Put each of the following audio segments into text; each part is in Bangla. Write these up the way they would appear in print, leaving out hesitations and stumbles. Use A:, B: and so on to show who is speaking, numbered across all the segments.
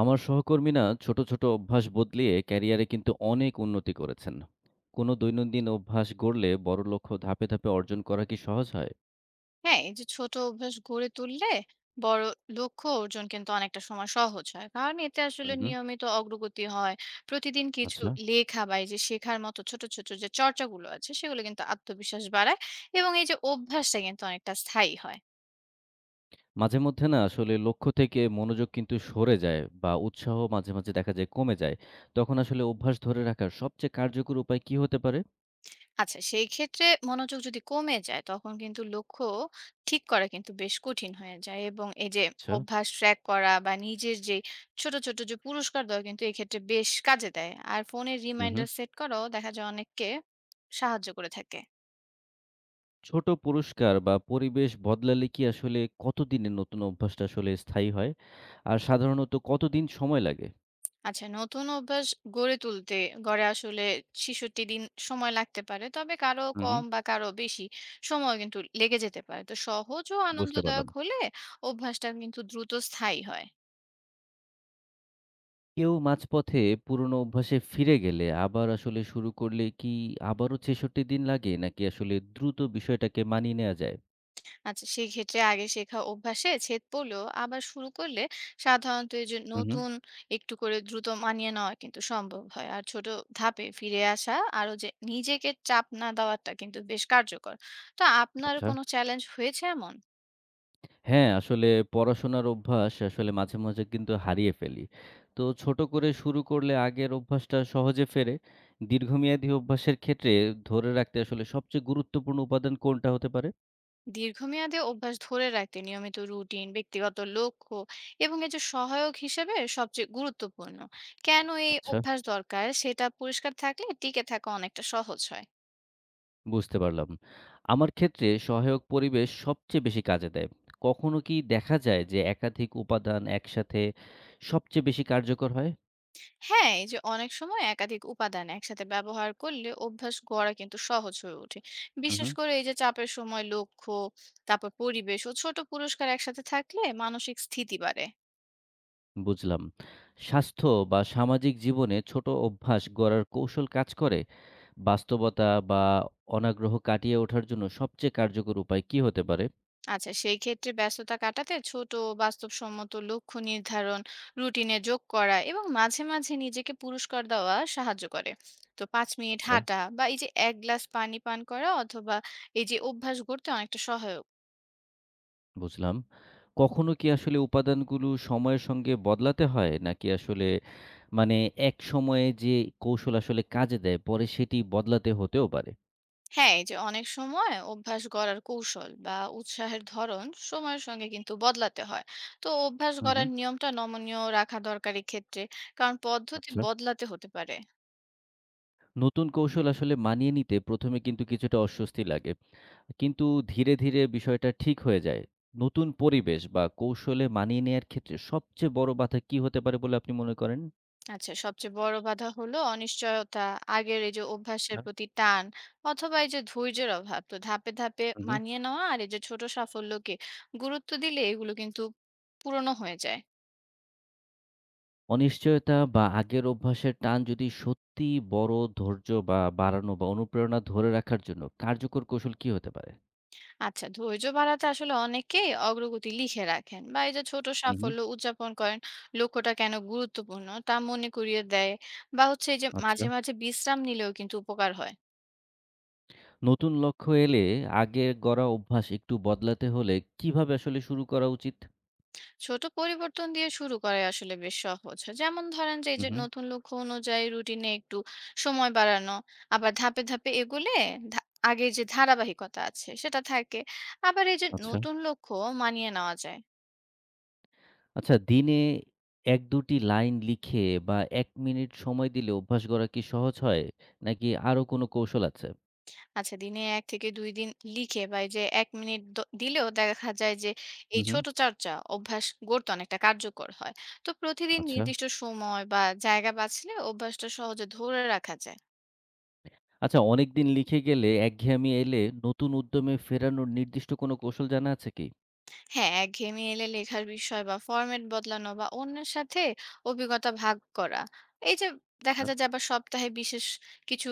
A: আমার সহকর্মীরা ছোট ছোট অভ্যাস বদলিয়ে ক্যারিয়ারে কিন্তু অনেক উন্নতি করেছেন। কোনো দৈনন্দিন অভ্যাস গড়লে বড় লক্ষ্য ধাপে ধাপে অর্জন করা কি সহজ হয়?
B: হ্যাঁ, এই যে ছোট অভ্যাস গড়ে তুললে বড় লক্ষ্য অর্জন কিন্তু অনেকটা সময় সহজ হয়। কারণ এতে আসলে
A: হুম।
B: নিয়মিত অগ্রগতি হয়। প্রতিদিন কিছু
A: আচ্ছা।
B: লেখা বা এই যে শেখার মতো ছোট, ছোট যে চর্চাগুলো আছে সেগুলো কিন্তু আত্মবিশ্বাস বাড়ায় এবং এই যে অভ্যাসটা কিন্তু অনেকটা স্থায়ী হয়।
A: মাঝে মধ্যে না আসলে লক্ষ্য থেকে মনোযোগ কিন্তু সরে যায় বা উৎসাহ মাঝে মাঝে দেখা যায় কমে যায়। তখন আসলে অভ্যাস ধরে রাখার সবচেয়ে কার্যকর উপায় কি হতে পারে?
B: আচ্ছা সেই ক্ষেত্রে মনোযোগ যদি কমে যায় তখন কিন্তু লক্ষ্য ঠিক করা কিন্তু বেশ কঠিন হয়ে যায় এবং এই যে
A: আচ্ছা।
B: অভ্যাস ট্র্যাক করা বা নিজের যে ছোট ছোট যে পুরস্কার দেওয়া কিন্তু এক্ষেত্রে বেশ কাজে দেয় আর ফোনের
A: হুম।
B: রিমাইন্ডার সেট করাও দেখা যায় অনেককে সাহায্য করে থাকে।
A: ছোট পুরস্কার বা পরিবেশ বদলালে কি আসলে কতদিনে নতুন অভ্যাসটা আসলে স্থায়ী হয়? আর সাধারণত কতদিন সময় লাগে?
B: আচ্ছা, নতুন অভ্যাস গড়ে তুলতে গড়ে আসলে ৬৬ দিন সময় লাগতে পারে, তবে কারো কম
A: হুম।
B: বা কারো বেশি সময় কিন্তু লেগে যেতে পারে। তো সহজ ও
A: বুঝতে
B: আনন্দদায়ক
A: পারলাম।
B: হলে অভ্যাসটা কিন্তু দ্রুত স্থায়ী হয়।
A: কেউ মাঝপথে পুরনো অভ্যাসে ফিরে গেলে আবার আসলে শুরু করলে কি আবারও ৬৬ দিন লাগে? নাকি আসলে দ্রুত বিষয়টাকে মানিয়ে নেয়া যায়?
B: আচ্ছা, সেক্ষেত্রে আগে শেখা অভ্যাসে ছেদ পড়লেও আবার শুরু করলে সাধারণত এই যে
A: হুম, হুম।
B: নতুন একটু করে দ্রুত মানিয়ে নেওয়া কিন্তু সম্ভব হয়। আর ছোট ধাপে ফিরে আসা আরো যে নিজেকে চাপ না দেওয়াটা কিন্তু বেশ কার্যকর। তো আপনার
A: আচ্ছা।
B: কোনো চ্যালেঞ্জ হয়েছে এমন?
A: হ্যাঁ, আসলে পড়াশোনার অভ্যাস আসলে মাঝে, মাঝে কিন্তু হারিয়ে ফেলি। তো ছোট করে শুরু করলে আগের অভ্যাসটা সহজে ফেরে। দীর্ঘমেয়াদী অভ্যাসের ক্ষেত্রে ধরে রাখতে আসলে সবচেয়ে গুরুত্বপূর্ণ উপাদান কোনটা হতে পারে?
B: দীর্ঘমেয়াদে অভ্যাস ধরে রাখতে নিয়মিত রুটিন, ব্যক্তিগত লক্ষ্য এবং এই যে সহায়ক হিসেবে সবচেয়ে গুরুত্বপূর্ণ কেন এই
A: আচ্ছা।
B: অভ্যাস দরকার সেটা পরিষ্কার থাকলে টিকে থাকা অনেকটা সহজ হয়।
A: বুঝতে পারলাম। আমার ক্ষেত্রে সহায়ক পরিবেশ সবচেয়ে বেশি কাজে দেয়। কখনো কি দেখা যায় যে একাধিক উপাদান একসাথে সবচেয়ে বেশি কার্যকর হয়?
B: হ্যাঁ, এই যে অনেক সময় একাধিক উপাদান একসাথে ব্যবহার করলে অভ্যাস গড়া কিন্তু সহজ হয়ে ওঠে।
A: হু, হু,
B: বিশেষ করে এই যে চাপের সময় লক্ষ্য, তারপর পরিবেশ ও ছোট পুরস্কার একসাথে থাকলে মানসিক স্থিতি বাড়ে।
A: বুঝলাম। স্বাস্থ্য বা সামাজিক জীবনে ছোট অভ্যাস গড়ার কৌশল কাজ করে? বাস্তবতা বা অনাগ্রহ কাটিয়ে ওঠার জন্য সবচেয়ে কার্যকর উপায় কী হতে পারে?
B: আচ্ছা, সেই ক্ষেত্রে ব্যস্ততা কাটাতে ছোট বাস্তবসম্মত লক্ষ্য নির্ধারণ, রুটিনে যোগ করা এবং মাঝে মাঝে নিজেকে পুরস্কার দেওয়া সাহায্য করে। তো ৫ মিনিট
A: আচ্ছা।
B: হাঁটা বা এই যে এক গ্লাস পানি পান করা অথবা এই যে অভ্যাস গড়তে অনেকটা সহায়ক।
A: বুঝলাম। কখনো কি আসলে উপাদানগুলো সময়ের সঙ্গে বদলাতে হয়? নাকি আসলে মানে একসময়ে যে কৌশল আসলে কাজে দেয়, পরে সেটি বদলাতে হতেও পারে?
B: হ্যাঁ, এই যে অনেক সময় অভ্যাস গড়ার কৌশল বা উৎসাহের ধরন সময়ের সঙ্গে কিন্তু বদলাতে হয়। তো অভ্যাস
A: হু, হু।
B: গড়ার নিয়মটা নমনীয় রাখা দরকার ক্ষেত্রে, কারণ পদ্ধতি
A: আচ্ছা।
B: বদলাতে হতে পারে।
A: নতুন কৌশল আসলে মানিয়ে নিতে ১ম এ কিন্তু কিছুটা অস্বস্তি লাগে। কিন্তু ধীরে, ধীরে বিষয়টা ঠিক হয়ে যায়। নতুন পরিবেশ বা কৌশলে মানিয়ে নেয়ার ক্ষেত্রে সবচেয়ে বড় বাধা কি হতে পারে বলে আপনি মনে করেন?
B: আচ্ছা, সবচেয়ে বড় বাধা হলো অনিশ্চয়তা, আগের এই যে অভ্যাসের
A: আচ্ছা।
B: প্রতি টান অথবা এই যে ধৈর্যের অভাব। তো ধাপে ধাপে
A: হু, হু।
B: মানিয়ে নেওয়া আর এই যে ছোট সাফল্যকে গুরুত্ব দিলে এগুলো কিন্তু পূরণও হয়ে যায়।
A: অনিশ্চয়তা বা আগের অভ্যাসের টান যদি সত্যিই বড়, ধৈর্য বা বাড়ানো বা অনুপ্রেরণা ধরে রাখার জন্য কার্যকর কৌশল কি হতে পারে?
B: আচ্ছা, ধৈর্য বাড়াতে আসলে অনেকেই অগ্রগতি লিখে রাখেন বা এই যে ছোট
A: হুম, হুম।
B: সাফল্য উদযাপন করেন, লক্ষ্যটা কেন গুরুত্বপূর্ণ তা মনে করিয়ে দেয় বা হচ্ছে এই যে
A: আচ্ছা।
B: মাঝে মাঝে বিশ্রাম নিলেও কিন্তু উপকার হয়।
A: নতুন লক্ষ্য এলে আগের গড়া অভ্যাস একটু বদলাতে হলে কিভাবে আসলে শুরু করা উচিত?
B: ছোট পরিবর্তন দিয়ে শুরু করে আসলে বেশ সহজ। যেমন ধরেন যে এই
A: হুম,
B: যে
A: হুম।
B: নতুন লক্ষ্য অনুযায়ী রুটিনে একটু সময় বাড়ানো, আবার ধাপে ধাপে এগোলে ধা- আগের যে ধারাবাহিকতা আছে সেটা থাকে, আবার এই যে
A: আচ্ছা।
B: নতুন লক্ষ্য মানিয়ে নেওয়া যায়।
A: আচ্ছা দিনে ১-২ টি লাইন লিখে বা ১ মিনিট সময় দিলে অভ্যাস গড়া কি সহজ হয়? নাকি আরো কোনো কৌশল আছে?
B: আচ্ছা, দিনে ১ থেকে ২ দিন লিখে বা এই যে ১ মিনিট দিলেও দেখা যায় যে
A: হুম,
B: এই
A: হুম।
B: ছোট চর্চা অভ্যাস গড়তে অনেকটা কার্যকর হয়। তো প্রতিদিন
A: আচ্ছা।
B: নির্দিষ্ট সময় বা জায়গা বাছলে অভ্যাসটা সহজে ধরে রাখা যায়।
A: আচ্ছা, অনেকদিন লিখে গেলে একঘেয়েমি এলে নতুন উদ্যমে ফেরানোর নির্দিষ্ট কোনো কৌশল জানা আছে কি?
B: হ্যাঁ, একঘেয়েমি এলে লেখার বিষয় বা ফরম্যাট বদলানো বা অন্যের সাথে অভিজ্ঞতা ভাগ করা, এই যে দেখা
A: আচ্ছা।
B: যায় যে আবার সপ্তাহে বিশেষ কিছু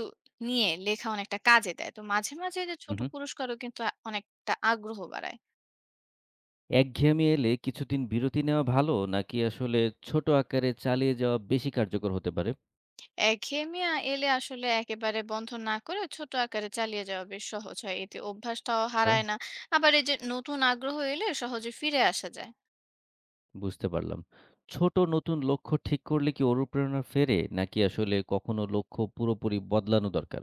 B: নিয়ে লেখা অনেকটা কাজে দেয়। তো মাঝে, মাঝে এই যে
A: হু,
B: ছোট
A: হু।
B: পুরস্কারও কিন্তু অনেকটা আগ্রহ বাড়ায়।
A: একঘেয়েমি এলে কিছুদিন বিরতি নেওয়া ভালো নাকি আসলে ছোট আকারে চালিয়ে যাওয়া বেশি কার্যকর হতে পারে?
B: একঘেয়েমি এলে আসলে একেবারে বন্ধ না করে ছোট আকারে চালিয়ে যাওয়া বেশ সহজ হয়। এতে অভ্যাসটাও
A: আচ্ছা।
B: হারায় না। আবার এই যে নতুন আগ্রহ এলে সহজে ফিরে আসা যায়।
A: বুঝতে পারলাম। ছোট নতুন লক্ষ্য ঠিক করলে কি অনুপ্রেরণা ফেরে নাকি আসলে কখনো লক্ষ্য পুরোপুরি বদলানো দরকার?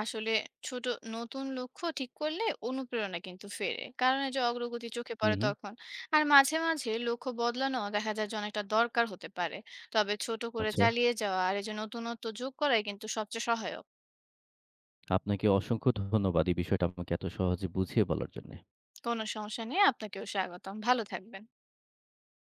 B: আসলে ছোট নতুন লক্ষ্য ঠিক করলে অনুপ্রেরণা কিন্তু ফেরে, কারণ এই যে অগ্রগতি চোখে
A: হু,
B: পড়ে
A: হু।
B: তখন। আর মাঝে, মাঝে লক্ষ্য বদলানো দেখা যায় যে অনেকটা দরকার হতে পারে। তবে ছোট করে
A: আচ্ছা।
B: চালিয়ে যাওয়া আর এই যে নতুনত্ব যোগ করাই কিন্তু সবচেয়ে সহায়ক।
A: আপনাকে অসংখ্য ধন্যবাদ এই বিষয়টা আমাকে এত সহজে বুঝিয়ে বলার জন্যে।
B: কোনো সমস্যা নেই। আপনাকেও স্বাগতম। ভালো থাকবেন।